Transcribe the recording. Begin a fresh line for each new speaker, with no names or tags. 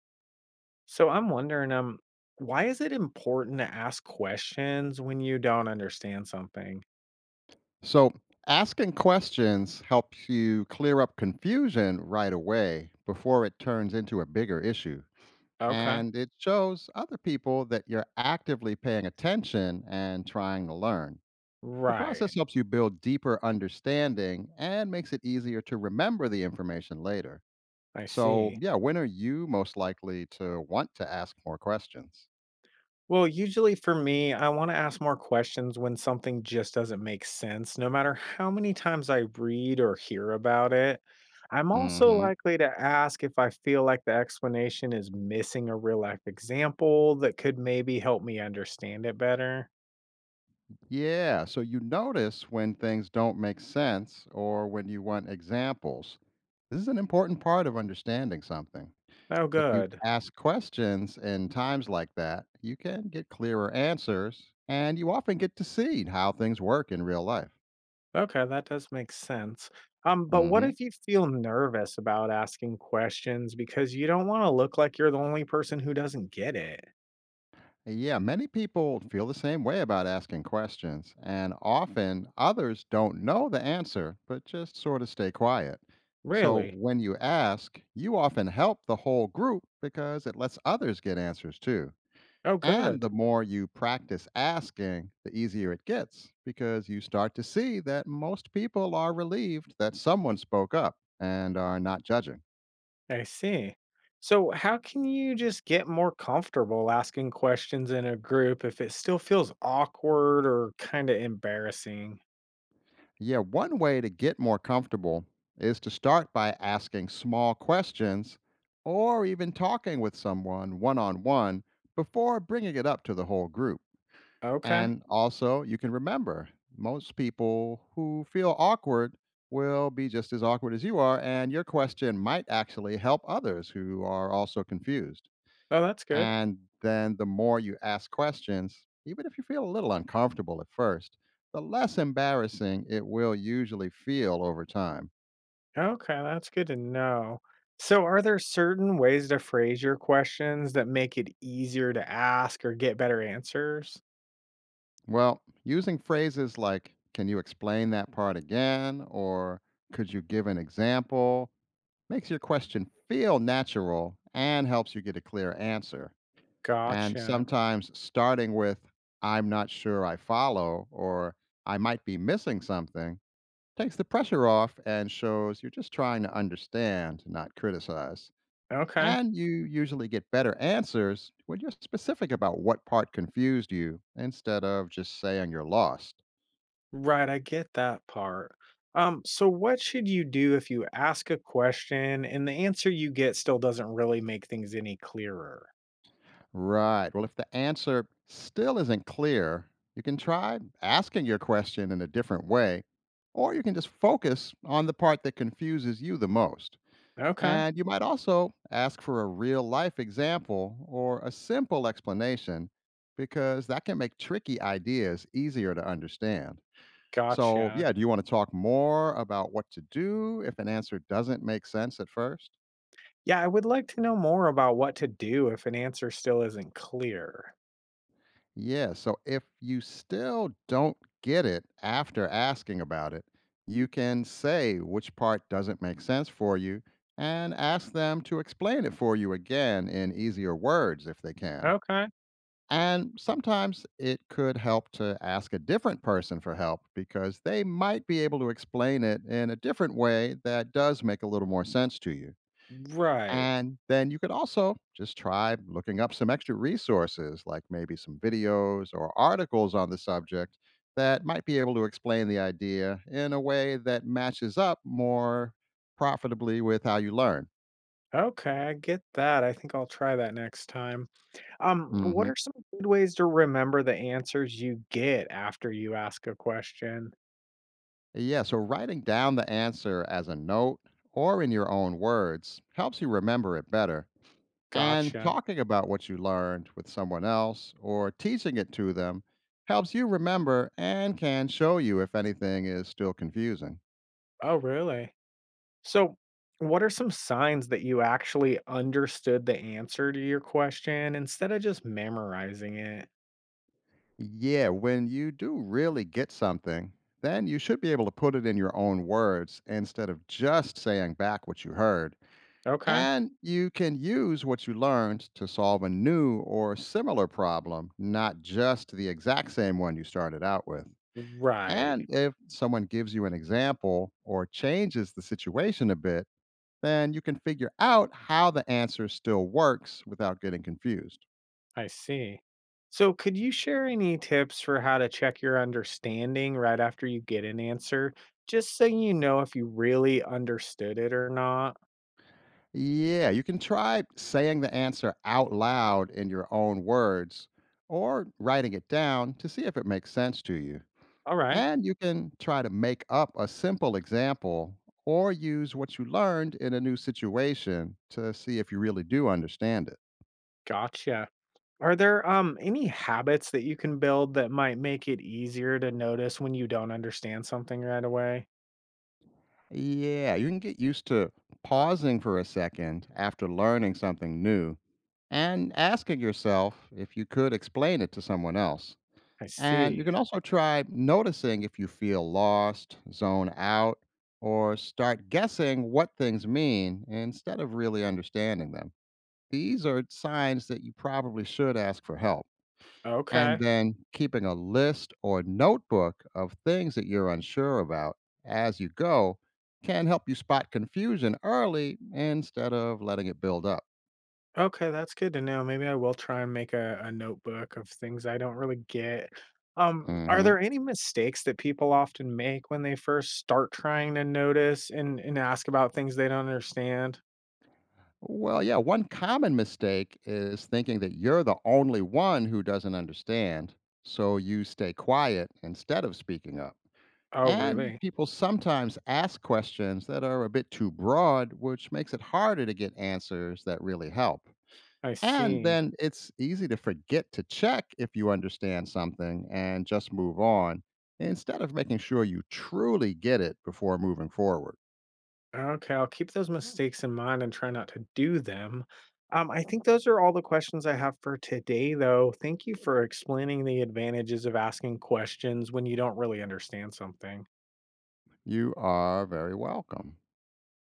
So I'm wondering, why is it important to ask questions when you don't understand something?
So, asking questions helps you clear up confusion right away before it turns into a bigger issue.
Okay.
And it shows other people that you're actively paying attention and trying to learn. The
Right.
process helps you build deeper understanding and makes it easier to remember the information later.
I
So,
see.
yeah, when are you most likely to want to ask more questions?
Well, usually for me, I want to ask more questions when something just doesn't make sense, no matter how many times I read or hear about it. I'm also
Hmm.
likely to ask if I feel like the explanation is missing a real life example that could maybe help me understand it better.
Yeah. So you notice when things don't make sense or when you want examples. This is an important part of understanding something.
Oh,
If you
good.
ask questions in times like that, you can get clearer answers and you often get to see how things work in real life.
Okay, that does make sense. But what
Hmm.
if you feel nervous about asking questions because you don't want to look like you're the only person who doesn't get it?
Yeah, many people feel the same way about asking questions, and often others don't know the answer but just sort of stay quiet. So
Really?
when you ask, you often help the whole group because it lets others get answers too.
Oh,
And
good.
the more you practice asking, the easier it gets because you start to see that most people are relieved that someone spoke up and are not judging.
I see. So, how can you just get more comfortable asking questions in a group if it still feels awkward or kind of embarrassing?
Yeah, one way to get more comfortable is to start by asking small questions or even talking with someone one on one before bringing it up to the whole group.
Okay.
And also, you can remember, most people who feel awkward will be just as awkward as you are, and your question might actually help others who are also confused.
Oh, that's good.
And then the more you ask questions, even if you feel a little uncomfortable at first, the less embarrassing it will usually feel over time.
Okay, that's good to know. So, are there certain ways to phrase your questions that make it easier to ask or get better answers?
Well, using phrases like, can you explain that part again? Or, could you give an example? Makes your question feel natural and helps you get a clear answer. And
Gotcha.
sometimes starting with, I'm not sure I follow, or, I might be missing something, takes the pressure off and shows you're just trying to understand, not criticize.
Okay.
And you usually get better answers when you're specific about what part confused you instead of just saying you're lost.
Right, I get that part. So what should you do if you ask a question and the answer you get still doesn't really make things any clearer?
Right. Well, if the answer still isn't clear, you can try asking your question in a different way, or you can just focus on the part that confuses you the most.
Okay.
And you might also ask for a real life example or a simple explanation, because that can make tricky ideas easier to understand. So,
Gotcha.
yeah, do you want to talk more about what to do if an answer doesn't make sense at first?
Yeah, I would like to know more about what to do if an answer still isn't clear.
Yeah, so if you still don't get it after asking about it, you can say which part doesn't make sense for you and ask them to explain it for you again in easier words if they can.
Okay.
And sometimes it could help to ask a different person for help, because they might be able to explain it in a different way that does make a little more sense to you.
Right.
And then you could also just try looking up some extra resources, like maybe some videos or articles on the subject, that might be able to explain the idea in a way that matches up more profitably with how you learn.
Okay, I get that. I think I'll try that next time. What
Hmm.
are some good ways to remember the answers you get after you ask a question?
Yeah, so writing down the answer as a note or in your own words helps you remember it better. And
Gotcha.
talking about what you learned with someone else or teaching it to them helps you remember and can show you if anything is still confusing.
Oh, really? So, what are some signs that you actually understood the answer to your question instead of just memorizing it?
Yeah, when you do really get something, then you should be able to put it in your own words instead of just saying back what you heard.
Okay.
And you can use what you learned to solve a new or similar problem, not just the exact same one you started out with.
Right.
And if someone gives you an example or changes the situation a bit, then you can figure out how the answer still works without getting confused.
I see. So, could you share any tips for how to check your understanding right after you get an answer, just so you know if you really understood it or not?
Yeah, you can try saying the answer out loud in your own words or writing it down to see if it makes sense to you.
All right,
And you can try to make up a simple example or use what you learned in a new situation to see if you really do understand it.
gotcha. Are there any habits that you can build that might make it easier to notice when you don't understand something right away?
Yeah, you can get used to pausing for a second after learning something new and asking yourself if you could explain it to someone else.
I
And you
see.
can also try noticing if you feel lost, zone out, or start guessing what things mean instead of really understanding them. These are signs that you probably should ask for help. And
Okay.
then keeping a list or notebook of things that you're unsure about as you go can help you spot confusion early instead of letting it build up.
Okay, that's good to know. Maybe I will try and make a notebook of things I don't really get. Are
Hmm.
there any mistakes that people often make when they first start trying to notice and ask about things they don't understand?
Well, yeah, one common mistake is thinking that you're the only one who doesn't understand, so you stay quiet instead of speaking up.
Oh,
And
really?
people sometimes ask questions that are a bit too broad, which makes it harder to get answers that really help.
I
And
see.
then it's easy to forget to check if you understand something and just move on instead of making sure you truly get it before moving forward.
Okay, I'll keep those mistakes in mind and try not to do them. I think those are all the questions I have for today, though. Thank you for explaining the advantages of asking questions when you don't really understand something.
You are very welcome.